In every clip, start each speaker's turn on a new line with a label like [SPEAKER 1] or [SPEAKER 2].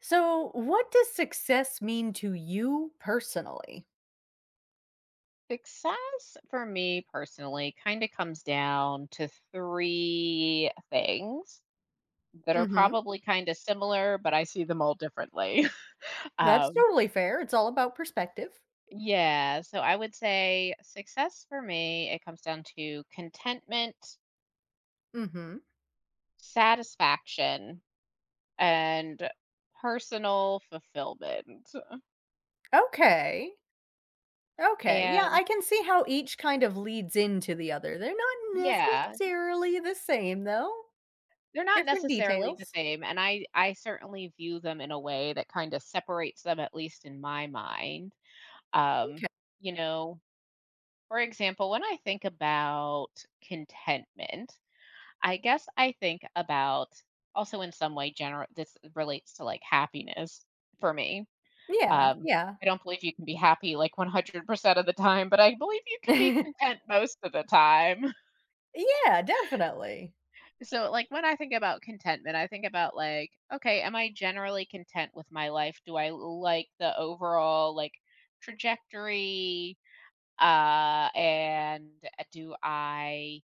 [SPEAKER 1] So, what does success mean to you personally?
[SPEAKER 2] Success for me personally kind of comes down to three things that are
[SPEAKER 1] Hmm.
[SPEAKER 2] probably kind of similar, but I see them all differently.
[SPEAKER 1] That's
[SPEAKER 2] um,
[SPEAKER 1] totally fair. It's all about perspective.
[SPEAKER 2] yeah, so I would say success for me, it comes down to contentment,
[SPEAKER 1] Hmm.
[SPEAKER 2] satisfaction, and personal fulfillment.
[SPEAKER 1] Okay. Okay, yeah,
[SPEAKER 2] And
[SPEAKER 1] I can see how each kind of leads into the other. They're not
[SPEAKER 2] yeah,
[SPEAKER 1] necessarily the same, though.
[SPEAKER 2] they're not
[SPEAKER 1] Different
[SPEAKER 2] necessarily the
[SPEAKER 1] details.
[SPEAKER 2] same, and I certainly view them in a way that kinda separates them, at least in my mind. Um,
[SPEAKER 1] Okay.
[SPEAKER 2] you know, for example, when I think about contentment, I guess I think about also in some way general. This relates to, like, happiness for me.
[SPEAKER 1] Yeah.
[SPEAKER 2] Um,
[SPEAKER 1] Yeah.
[SPEAKER 2] I don't believe you can be happy, like, 100% of the time, but I believe you can be content most of the time.
[SPEAKER 1] Yeah, definitely.
[SPEAKER 2] So, like, when I think about contentment, I think about, like, okay, am I generally content with my life? Do I like the overall, like, trajectory? And Do I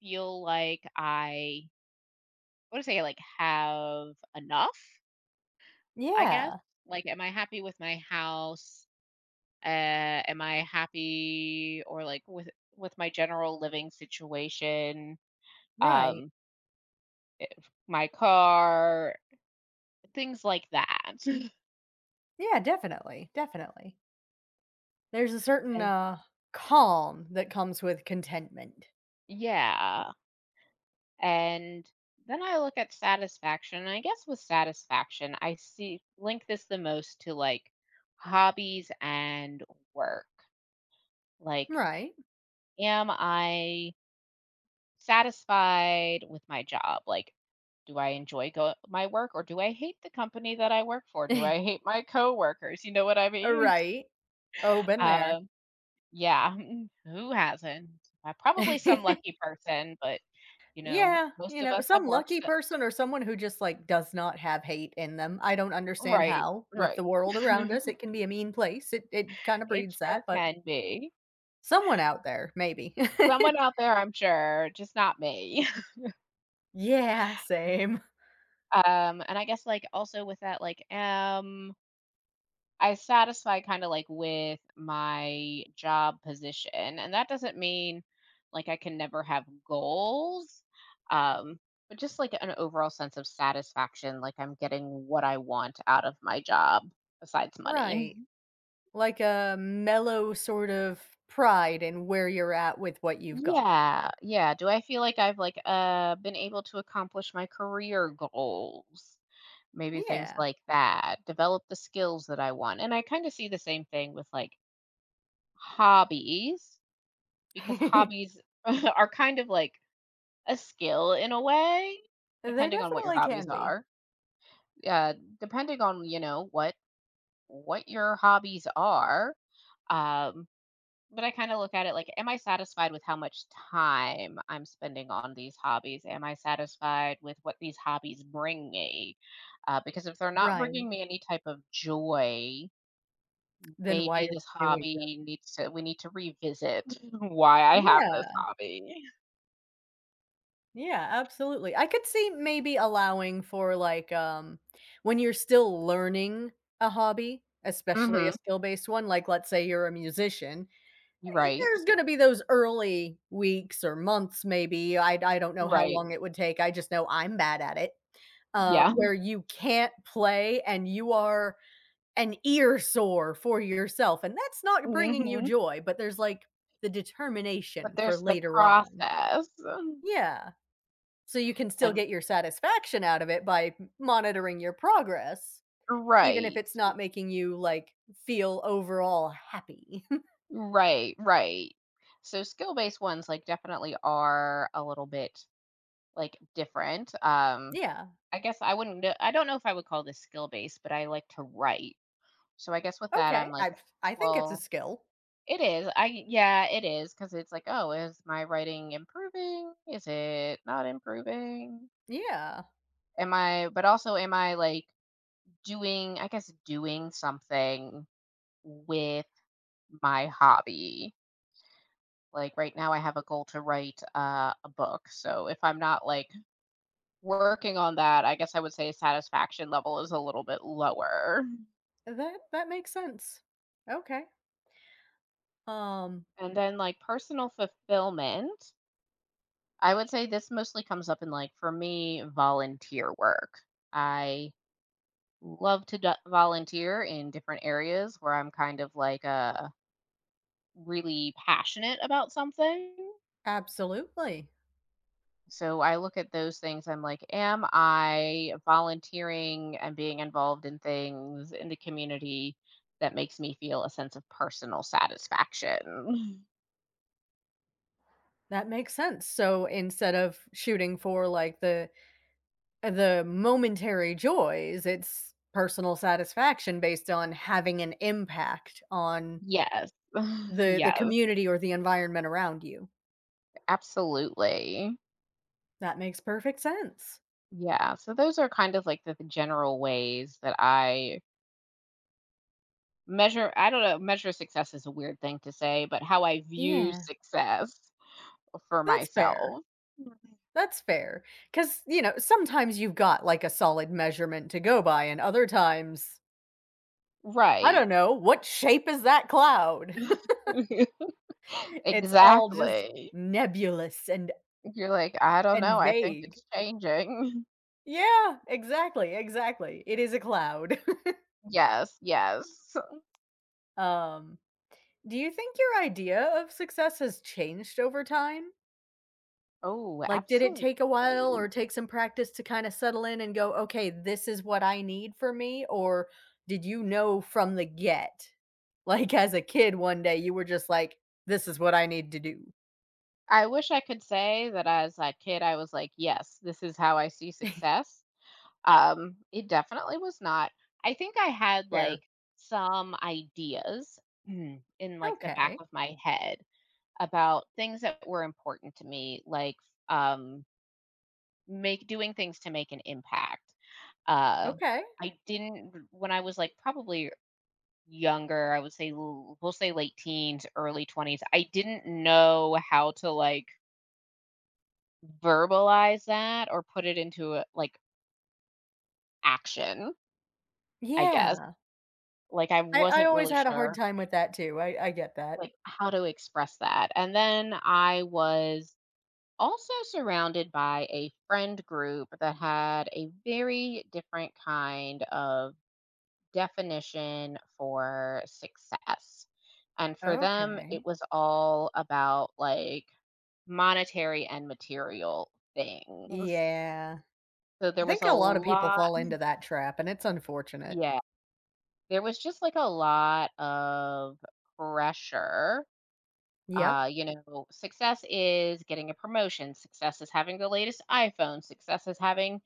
[SPEAKER 2] feel like I, what to say, like, have enough, I guess?
[SPEAKER 1] Yeah.
[SPEAKER 2] Like, am I happy with my house? Uh, am I happy or like with my general living situation?
[SPEAKER 1] Right.
[SPEAKER 2] Um, my car, things like that.
[SPEAKER 1] Yeah, definitely. Definitely. There's a certain
[SPEAKER 2] And
[SPEAKER 1] calm that comes with contentment.
[SPEAKER 2] yeah. And then I look at satisfaction. And I guess with satisfaction, I see link this the most to like hobbies and work. Like,
[SPEAKER 1] Right.
[SPEAKER 2] am I satisfied with my job? Like, do I my work, or do I hate the company that I work for? Do I hate my coworkers? You know what I mean?
[SPEAKER 1] Right. Oh, been there.
[SPEAKER 2] Um, yeah, who hasn't? Probably some lucky person, but you know,
[SPEAKER 1] Yeah,
[SPEAKER 2] most
[SPEAKER 1] you
[SPEAKER 2] of
[SPEAKER 1] know,
[SPEAKER 2] us have
[SPEAKER 1] some
[SPEAKER 2] worked.
[SPEAKER 1] lucky person or someone who just, like, does not have hate in them. I don't understand
[SPEAKER 2] Right,
[SPEAKER 1] how, with the
[SPEAKER 2] right.
[SPEAKER 1] world around us, it can be a mean place. It kinda
[SPEAKER 2] It
[SPEAKER 1] breeds that,
[SPEAKER 2] sure
[SPEAKER 1] but
[SPEAKER 2] can be.
[SPEAKER 1] someone out there, maybe.
[SPEAKER 2] Someone out there, I'm sure, just not me.
[SPEAKER 1] Yeah, same.
[SPEAKER 2] And I guess, like, also with that, like, I satisfy kind of like with my job position, and that doesn't mean like I can never have goals, um, but just like an overall sense of satisfaction, like I'm getting what I want out of my job besides money.
[SPEAKER 1] Right. Like a mellow sort of pride in where you're at with what you've got.
[SPEAKER 2] Yeah, yeah. Do I feel like I've like been able to accomplish my career goals? Maybe things
[SPEAKER 1] Yeah.
[SPEAKER 2] like that. Develop the skills that I want. And I kind of see the same thing with like hobbies because hobbies are kind of like a skill in a way,
[SPEAKER 1] They
[SPEAKER 2] depending on what your
[SPEAKER 1] definitely can
[SPEAKER 2] hobbies
[SPEAKER 1] be.
[SPEAKER 2] are. Yeah, depending on, you know, what your hobbies are. Um, but I kinda look at it like, am I satisfied with how much time I'm spending on these hobbies? Am I satisfied with what these hobbies bring me? Because if they're not
[SPEAKER 1] Right.
[SPEAKER 2] bringing me any type of joy,
[SPEAKER 1] Then why are
[SPEAKER 2] maybe this
[SPEAKER 1] you doing that?
[SPEAKER 2] hobby needs to we need to revisit why I have this
[SPEAKER 1] Yeah.
[SPEAKER 2] hobby.
[SPEAKER 1] Yeah, absolutely. I could see maybe allowing for like when you're still learning a hobby, especially a
[SPEAKER 2] Mhm.
[SPEAKER 1] skill-based one, like let's say you're a musician,
[SPEAKER 2] You're
[SPEAKER 1] eh,
[SPEAKER 2] right.
[SPEAKER 1] there's going to be those early weeks or months maybe. I don't know how
[SPEAKER 2] Right.
[SPEAKER 1] long it would take. I just know I'm bad at it.
[SPEAKER 2] Yeah.
[SPEAKER 1] Where you can't play and you are an ear sore for yourself, and that's not bringing you
[SPEAKER 2] Mhm.
[SPEAKER 1] joy, but there's like the
[SPEAKER 2] But
[SPEAKER 1] determination for
[SPEAKER 2] there's the
[SPEAKER 1] later on.
[SPEAKER 2] process.
[SPEAKER 1] Yeah. So you can still
[SPEAKER 2] And
[SPEAKER 1] get your satisfaction out of it by m monitoring your progress, even if
[SPEAKER 2] right.
[SPEAKER 1] it's not making you, like, feel overall happy.
[SPEAKER 2] Right, right. So skill-based ones, like, definitely are a little bit like, different,
[SPEAKER 1] Yeah.
[SPEAKER 2] I guess I wouldn't kn I don't know if I would call this skill-based, but I like to write. So I guess with that,
[SPEAKER 1] Okay.
[SPEAKER 2] I'm like,
[SPEAKER 1] I think it's a
[SPEAKER 2] well
[SPEAKER 1] skill.
[SPEAKER 2] it is, I yeah, it is because it's like, "Oh, is my writing improving? Is it not improving?
[SPEAKER 1] Yeah.
[SPEAKER 2] Am I" but also am I, like, doing I guess doing something with my hobby? Like, right now I have a goal to write, a book, so if I'm not, like, working on that, I guess I would say satisfaction level is a little bit lower.
[SPEAKER 1] That that makes sense. Okay. Um,
[SPEAKER 2] And then, like, personal fulfillment, I would say this mostly comes up in, like, for me, volunteer work. I love to do volunteer in different areas where I'm kind of, like, really passionate about something.
[SPEAKER 1] Absolutely.
[SPEAKER 2] So I look at those things. I'm like, am I volunteering and being involved in things in the community that makes me feel a sense of personal satisfaction?
[SPEAKER 1] That makes sense. So instead of shooting for, like, the momentary joys, it's personal satisfaction based on having an impact on
[SPEAKER 2] Yes.
[SPEAKER 1] the
[SPEAKER 2] Yes.
[SPEAKER 1] community or the environment around you.
[SPEAKER 2] Absolutely.
[SPEAKER 1] That makes perfect sense.
[SPEAKER 2] Yeah. So those are kind of like the general ways that I measure. I don't know. Measure success is a weird thing to say, but how I view
[SPEAKER 1] Yeah.
[SPEAKER 2] success for
[SPEAKER 1] That's fair.
[SPEAKER 2] myself.
[SPEAKER 1] That's fair because you know, sometimes you've got, like, a solid measurement to go by, and other times, I
[SPEAKER 2] Right.
[SPEAKER 1] don't know, what shape is that cloud? It's all just
[SPEAKER 2] Exactly.
[SPEAKER 1] nebulous
[SPEAKER 2] You're like, "I don't know,
[SPEAKER 1] and
[SPEAKER 2] I think
[SPEAKER 1] vague.
[SPEAKER 2] it's changing."
[SPEAKER 1] Yeah, exactly, exactly. It is a cloud.
[SPEAKER 2] Yes, yes.
[SPEAKER 1] Um, do you think your idea of success has changed over time?
[SPEAKER 2] Oh,
[SPEAKER 1] Like, did it
[SPEAKER 2] absolutely.
[SPEAKER 1] take a while or take some practice to kinda settle in and go, "Okay, this is what I need for me," or did you know from the get? Like, as a kid one day, you were just like, "This is what I need to do."
[SPEAKER 2] I wish I could say that as a kid, I was like, "Yes, this is how I see success." It definitely was not. I think I had, like,
[SPEAKER 1] Fair.
[SPEAKER 2] some ideas in, like, the back
[SPEAKER 1] Okay.
[SPEAKER 2] of my head about things that were important to me, like, um, make doing things to make an impact. Uh,
[SPEAKER 1] Okay.
[SPEAKER 2] I didn't When I was, like, probably younger, I would say l we'll say late teens, early 20s. I didn't know how to, like, verbalize that or put it into a like, action, I guess.
[SPEAKER 1] Yeah.
[SPEAKER 2] Like, I
[SPEAKER 1] I
[SPEAKER 2] wasn't
[SPEAKER 1] always
[SPEAKER 2] really
[SPEAKER 1] had a hard
[SPEAKER 2] sure,
[SPEAKER 1] time with that too. I get that.
[SPEAKER 2] like, how to express that, and then I was also surrounded by a friend group that had a very different kind of definition for success, and for them, it
[SPEAKER 1] Okay.
[SPEAKER 2] was all about, like, monetary and material things.
[SPEAKER 1] Yeah.
[SPEAKER 2] So
[SPEAKER 1] I
[SPEAKER 2] there was
[SPEAKER 1] think
[SPEAKER 2] a
[SPEAKER 1] a lot of people
[SPEAKER 2] lot.
[SPEAKER 1] fall into that trap, and it's unfortunate.
[SPEAKER 2] Yeah, there was just, like, a lot of pressure.
[SPEAKER 1] Yep.
[SPEAKER 2] You know, success is getting a promotion, success is having the latest iPhone, success is having,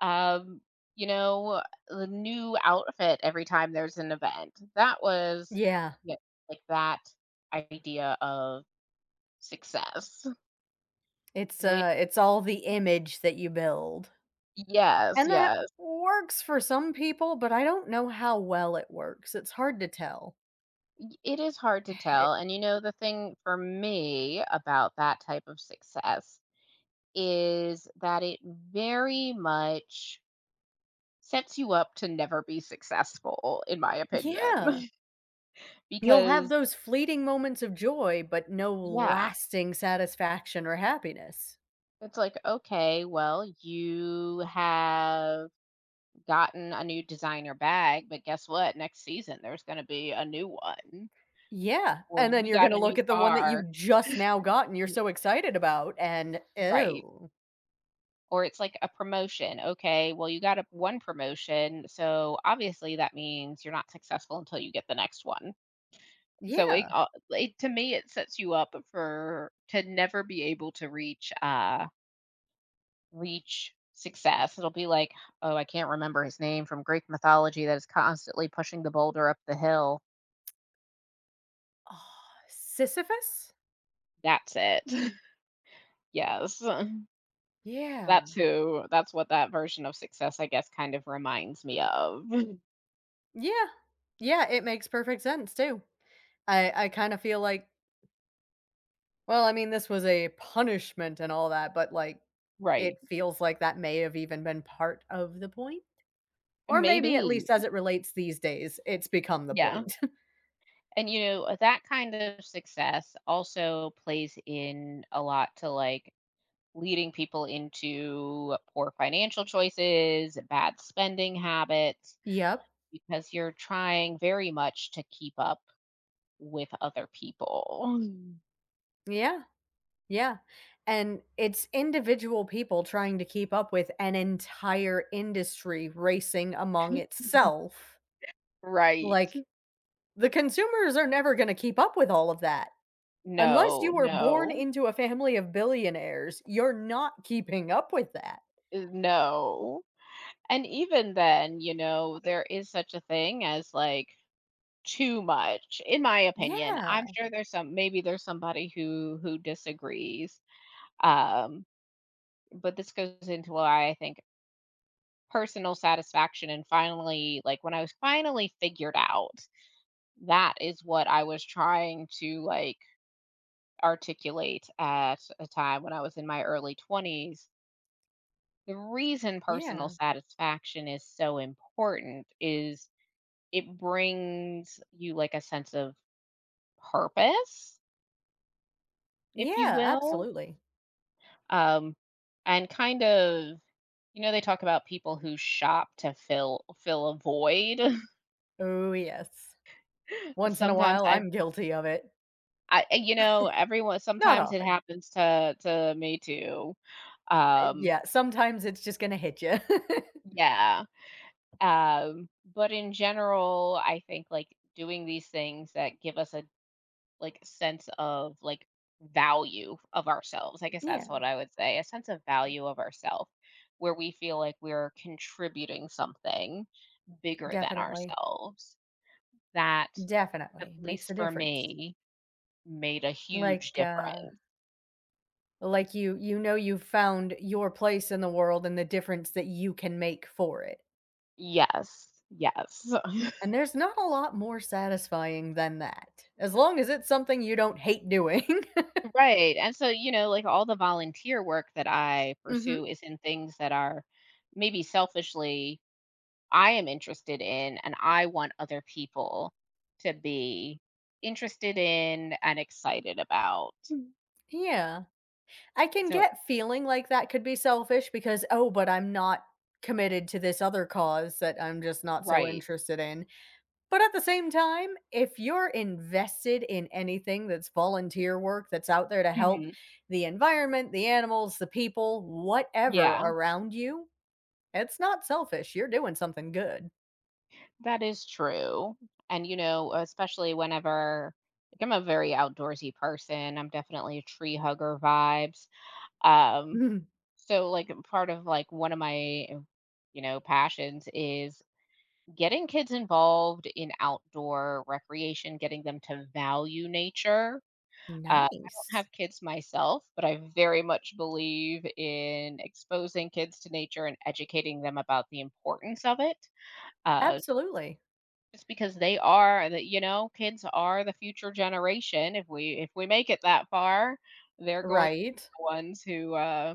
[SPEAKER 2] um, you know, the new outfit every time there's an event. That was
[SPEAKER 1] Yeah.
[SPEAKER 2] yeah, like that idea of success. Whi
[SPEAKER 1] It's all the image that you build.
[SPEAKER 2] Yes,
[SPEAKER 1] And that
[SPEAKER 2] yes.
[SPEAKER 1] works for some people, but I don't know how well it works. It's hard to tell.
[SPEAKER 2] Y It is hard to
[SPEAKER 1] It
[SPEAKER 2] tell, and, you know, the thing for me about that type of success is that it very much sets you up to never be successful, in my
[SPEAKER 1] yeah.
[SPEAKER 2] opinion,
[SPEAKER 1] You'll have
[SPEAKER 2] because
[SPEAKER 1] those fleeting moments of joy, but no
[SPEAKER 2] yeah,
[SPEAKER 1] lasting satisfaction or happiness.
[SPEAKER 2] it's like, okay, well, you have gotten a new designer bag, but guess what? Next season, there's gonna be a new one,
[SPEAKER 1] Yeah,
[SPEAKER 2] or
[SPEAKER 1] and then
[SPEAKER 2] you
[SPEAKER 1] you're
[SPEAKER 2] got
[SPEAKER 1] gonna
[SPEAKER 2] a new
[SPEAKER 1] look at the one that
[SPEAKER 2] car.
[SPEAKER 1] you just now got and you're
[SPEAKER 2] Y
[SPEAKER 1] so excited about and
[SPEAKER 2] Right.
[SPEAKER 1] oh,
[SPEAKER 2] Or it's like a promotion. Okay, well, you got a, one promotion, so obviously that means you're not successful until you get the next one. So it,
[SPEAKER 1] yeah.
[SPEAKER 2] it to me, it sets you up for to never be able to reach success. It'll be like, oh, I can't remember his name from Greek mythology that is constantly pushing the boulder up the hill.
[SPEAKER 1] Ah, Sisyphus?
[SPEAKER 2] That's it. Yes.
[SPEAKER 1] Yeah.
[SPEAKER 2] That's who, that's what that version of success, I guess, kind of reminds me of.
[SPEAKER 1] Yeah. Yeah, it makes perfect sense too. I kinda feel like well, I mean, this was a punishment and all that, but, like, it
[SPEAKER 2] Right.
[SPEAKER 1] feels like that may have even been part of the point? Or maybe at
[SPEAKER 2] Maybe.
[SPEAKER 1] least as it relates these days, it's become the
[SPEAKER 2] Yeah.
[SPEAKER 1] point.
[SPEAKER 2] And you know, that kind of success also plays in a lot to like leading people into poor financial choices, bad spending habits,
[SPEAKER 1] Yep.
[SPEAKER 2] because you're trying very much to keep up with other people.
[SPEAKER 1] Yeah. Yeah. And it's individual people trying to keep up with an entire industry racing among itself.
[SPEAKER 2] Right.
[SPEAKER 1] Like, the consumers are never gonna keep up with all of that. Unless
[SPEAKER 2] No,
[SPEAKER 1] you were born
[SPEAKER 2] no,
[SPEAKER 1] into a family of billionaires, you're not keeping up with that.
[SPEAKER 2] no. And even then, you know, there is such a thing as like too much, in my opinion. I'm
[SPEAKER 1] Yeah.
[SPEAKER 2] sure there's some maybe there's somebody who disagrees. Um, but this goes into why I think personal satisfaction and finally like when I was finally figured out that is what I was trying to like articulate at a time when I was in my early 20s. The reason personal
[SPEAKER 1] Yeah.
[SPEAKER 2] satisfaction is so important is it brings you like a sense of purpose, if
[SPEAKER 1] Yeah,
[SPEAKER 2] you will.
[SPEAKER 1] absolutely.
[SPEAKER 2] Um, and kind of, you know, they talk about people who shop to fill a void.
[SPEAKER 1] Oh, yes. Once in a
[SPEAKER 2] Sometimes
[SPEAKER 1] while,
[SPEAKER 2] I
[SPEAKER 1] I'm guilty of it.
[SPEAKER 2] I eh, you know, everyone
[SPEAKER 1] Not
[SPEAKER 2] sometimes it
[SPEAKER 1] often.
[SPEAKER 2] happens to me too. Um,
[SPEAKER 1] Yeah, sometimes it's just gonna hit you.
[SPEAKER 2] yeah. Um, but in general, I think like doing these things that give us a like sense of like value of ourselves. I guess that's
[SPEAKER 1] Yeah,
[SPEAKER 2] what I would say, a sense of value of ourselves where we feel like we're contributing something bigger than
[SPEAKER 1] definitely,
[SPEAKER 2] ourselves. That, at
[SPEAKER 1] definitely makes
[SPEAKER 2] least
[SPEAKER 1] a
[SPEAKER 2] for
[SPEAKER 1] difference.
[SPEAKER 2] me, made a huge
[SPEAKER 1] Like, uh
[SPEAKER 2] difference.
[SPEAKER 1] like you you know you've found your place in the world and the difference that you can make for it.
[SPEAKER 2] Yes, yes.
[SPEAKER 1] And there's not a lot more satisfying than that, as long as it's something you don't hate doing.
[SPEAKER 2] Right, and so, you know, like, all the volunteer work that I
[SPEAKER 1] Mhm.
[SPEAKER 2] pursue is in things that are maybe selfishly I am interested in, and I want other people to be interested in and excited about.
[SPEAKER 1] Yeah. I can
[SPEAKER 2] So
[SPEAKER 1] get feeling like that could be selfish because, "Oh, but I'm not committed to this other cause that I'm just not so
[SPEAKER 2] right.
[SPEAKER 1] interested in." But at the same time, if you're invested in anything that's volunteer work that's out there to help
[SPEAKER 2] Mhm.
[SPEAKER 1] the environment, the animals, the people, whatever
[SPEAKER 2] Yeah.
[SPEAKER 1] around you, it's not selfish. You're doing something good.
[SPEAKER 2] That is true. And, you know, especially whenever like, I'm a very outdoorsy person, I'm definitely a tree hugger vibes. Um, so, like, part of like one of my, you know, passions is getting kids involved in outdoor recreation, getting them to value nature. I don't
[SPEAKER 1] Nice.
[SPEAKER 2] have kids myself, but I very much believe in exposing kids to nature and educating them about the importance of it. Uh,
[SPEAKER 1] Absolutely.
[SPEAKER 2] Just because they are the you know, kids are the future generation. If we make it that far, they're going to be
[SPEAKER 1] Right?
[SPEAKER 2] the ones who,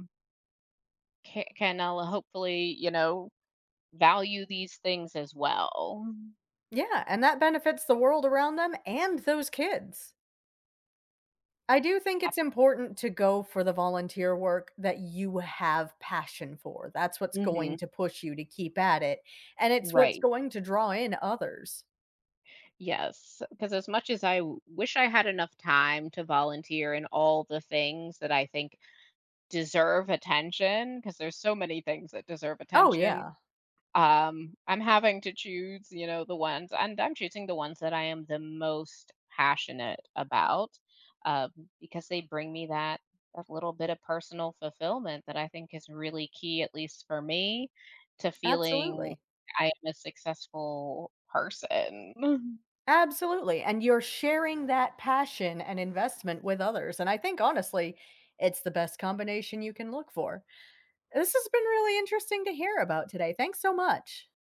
[SPEAKER 2] ca can, hopefully, you know, value these things as well.
[SPEAKER 1] Yeah, and that benefits the world around them and those kids. I do think
[SPEAKER 2] Ab
[SPEAKER 1] it's important to go for the volunteer work that you have passion for. That's what's going
[SPEAKER 2] Mhm.
[SPEAKER 1] to push you to keep at it, and it's what's
[SPEAKER 2] Right.
[SPEAKER 1] going to draw in others.
[SPEAKER 2] Yes, 'cause as much as I w wish I had enough time to volunteer in all the things that I think deserve attention, because there's so many things that deserve
[SPEAKER 1] Oh,
[SPEAKER 2] attention.
[SPEAKER 1] yeah.
[SPEAKER 2] I'm having to choose, you know, the ones and I'm choosing the ones that I am the most passionate about, um, because they bring me that little bit of personal fulfillment that I think is really key, at least for me, to feeling
[SPEAKER 1] Absolutely.
[SPEAKER 2] I am a successful person.
[SPEAKER 1] Absolutely, and you're sharing that passion and investment with others, and I think, honestly, it's the best combination you can look for. This has been really interesting to hear about today. Thanks so much.